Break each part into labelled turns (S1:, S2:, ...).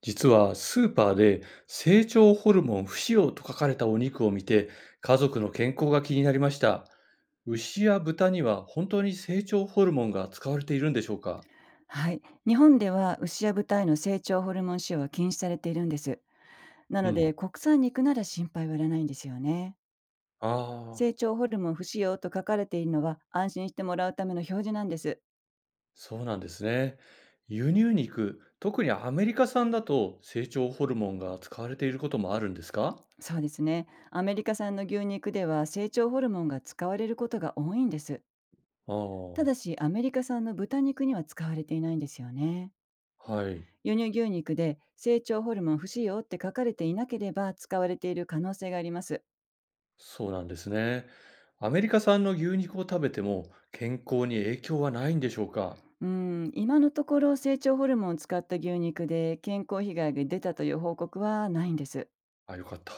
S1: 実はスーパーで成長ホルモン不使用と書かれたお肉を見て、家族の健康が気になりました。牛や豚には本当に成長ホルモンが使われているんでしょうか？
S2: はい。日本では牛や豚への成長ホルモン使用は禁止されているんです。な
S1: う
S2: の
S1: ん。
S2: で国産肉なら心配はいらないんですよね。
S1: あ
S2: 成
S1: あ、
S2: 長ホルモン不使用と書かれているのは安心してもらうための表示なんです。
S1: そうなんですね。輸入肉、特にアメリカ産だと成長ホルモンが使われていることもあるんですか？
S2: そうですね。アメリカ産の牛肉では成長ホルモンが使われることが多いんです。
S1: あ
S2: ただ
S1: あ、
S2: しアメリカ産の豚肉には使われていないんですよね。
S1: はい、
S2: 輸入牛肉で成長ホルモン不使用って書かれていなければ使われている可能性があります。
S1: そうなんですね。アメリカ産の牛肉を食べても健康に影響はないんでしょうか？
S2: うん、今のところ成長ホルモンを使った牛肉で健康被害が出たという報告はないんです。
S1: あ、よかった。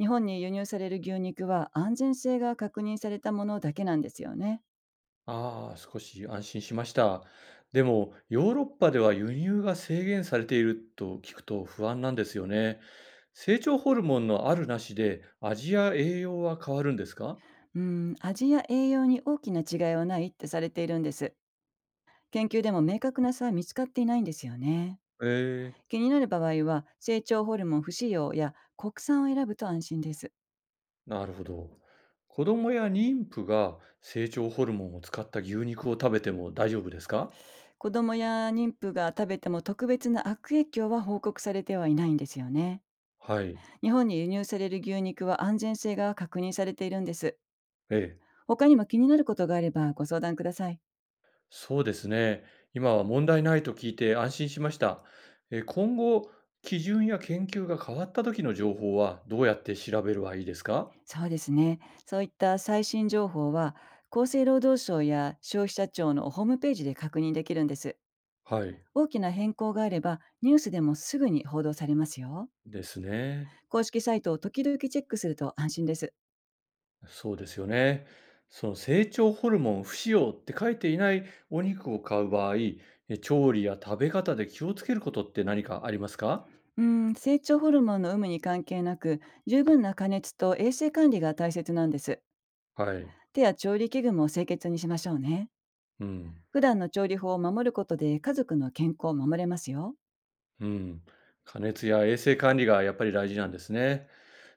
S2: 日本に輸入される牛肉は安全性が確認されたものだけなんですよね。
S1: ああ、少し安心しました。でも、ヨーロッパでは輸入が制限されていると聞くと不安なんですよね。成長ホルモンのあるなしで味や栄養は変わるんですか？
S2: うん、味や栄養に大きな違いはないってされているんです。研究でも明確な差は見つかっていないんですよね。
S1: ええ、
S2: 気になる場合は成長ホルモン不使用や国産を選ぶと安心です。
S1: なるほど。子供や妊婦が成長ホルモンを使った牛肉を食べても大丈夫ですか？
S2: 子供や妊婦が食べても特別な悪影響は報告されてはいないんですよね。
S1: はい。
S2: 日本に輸入される牛肉は安全性が確認されているんです。
S1: ええ。
S2: 他にも気になることがあればご相談ください。
S1: そうですね。今は問題ないと聞いて安心しました。今後、基準や研究が変わった時の情報はどうやって調べればいいですか？
S2: そうですね。そういった最新情報は、厚生労働省や消費者庁のホームページで確認できるんです。
S1: はい。
S2: 大きな変更があれば、ニュースでもすぐに報道されますよ。
S1: ですね。
S2: 公式サイトを時々チェックすると安心です。
S1: そうですよね。その成長ホルモン不使用って書いていないお肉を買う場合、調理や食べ方で気をつけることって何かありますか？
S2: うん、成長ホルモンの有無に関係なく、十分な加熱と衛生管理が大切なんです。
S1: はい。
S2: 手や調理器具も清潔にしましょうね。
S1: うん。
S2: 普段の調理法を守ることで家族の健康を守れますよ。
S1: うん、加熱や衛生管理がやっぱり大事なんですね。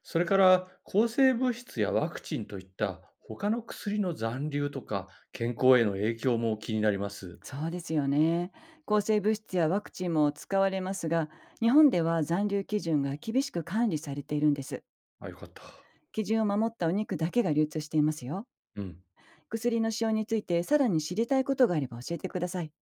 S1: それから抗生物質やワクチンといった他の薬の残留とか健康への影響も気になります。
S2: そうですよね。抗生物質やワクチンも使われますが、日本では残留基準が厳しく管理されているんです。
S1: あ、よかった。
S2: 基準を守ったお肉だけが流通していますよ。
S1: うん。
S2: 薬の使用についてさらに知りたいことがあれば教えてください。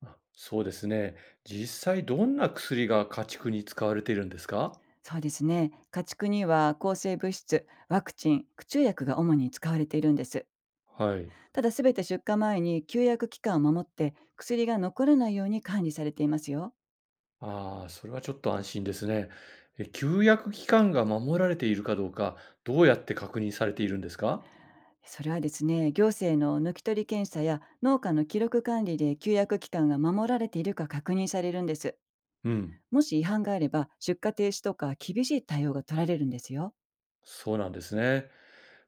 S1: あ、そうですね。実際どんな薬が家畜に使われているんですか？
S2: そうですね。家畜には抗生物質、ワクチン、駆虫薬が主に使われているんです。
S1: はい。
S2: ただ、すべて出荷前に休薬期間を守って薬が残らないように管理されていますよ。
S1: ああ、それはちょっと安心ですね。休薬期間が守られているかどうか、どうやって確認されているんですか？
S2: それはですね、行政の抜き取り検査や農家の記録管理で休薬期間が守られているか確認されるんです。
S1: うん。
S2: もし違反があれば、出荷停止とか厳しい対応が取られるんですよ。
S1: そうなんですね。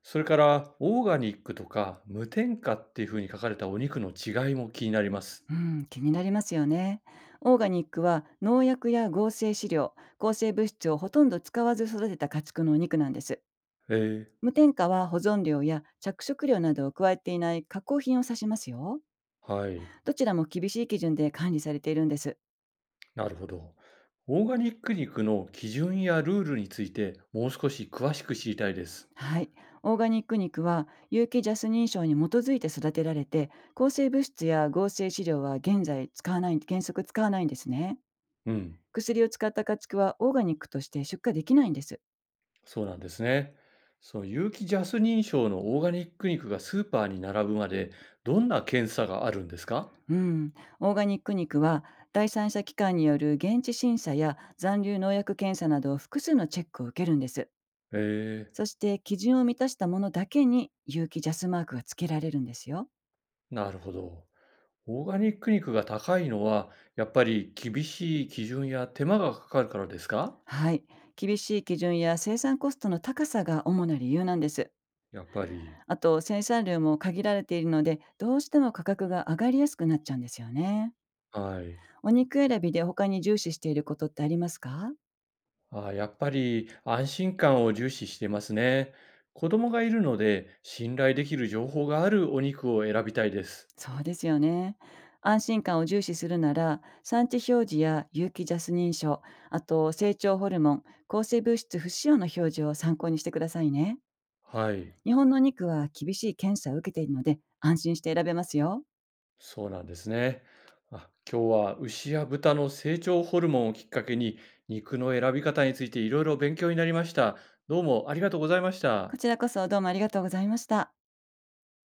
S1: それから、オーガニックとか無添加っていう風に書かれたお肉の違いも気になります。
S2: うん、気になりますよね。オーガニックは農薬や合成飼料、抗生物質をほとんど使わず育てた家畜のお肉なんです。
S1: えー、
S2: 無添加は保存料や着色料などを加えていない加工品を指しますよ。
S1: はい、
S2: どちらも厳しい基準で管理されているんです。
S1: なるほど。オーガニック肉の基準やルールについて、もう少し詳しく知りたいです。
S2: はい。オーガニック肉は有機ジャス認証に基づいて育てられて、抗生物質や合成飼料は現在使わない、原則使わないんですね。
S1: うん、
S2: 薬を使った家畜はオーガニックとして出荷できないんです。
S1: そうなんですね。その有機ジャス認証のオーガニック肉がスーパーに並ぶまで、どんな検査があるんですか？
S2: うん。オーガニック肉は第三者機関による現地審査や残留農薬検査など複数のチェックを受けるんです。
S1: えー、
S2: そして基準を満たしたものだけに有機ジャスマークが付けられるんですよ。
S1: なるほど。オーガニック肉が高いのは、やっぱり厳しい基準や手間がかかるからですか？
S2: はい。厳しい基準や生産コストの高さが主な理由なんです。
S1: やっぱり。
S2: あと生産量も限られているので、どうしても価格が上がりやすくなっちゃうんですよね。
S1: はい。
S2: お肉選びで他に重視していることってありますか？
S1: あー、やっぱり安心感を重視してますね。子供がいるので、信頼できる情報があるお肉を選びたいです。
S2: そうですよね。安心感を重視するなら、産地表示や有機ジャス認証、あと成長ホルモン、抗生物質不使用の表示を参考にしてくださいね。
S1: はい。
S2: 日本のお肉は厳しい検査を受けているので、安心して選べますよ。
S1: そうなんですね。あ、今日は牛や豚の成長ホルモンをきっかけに、肉の選び方についていろいろ勉強になりました。どうもありがとうございまし
S2: こ
S1: た。
S2: ちらこそどうもありがとうございました。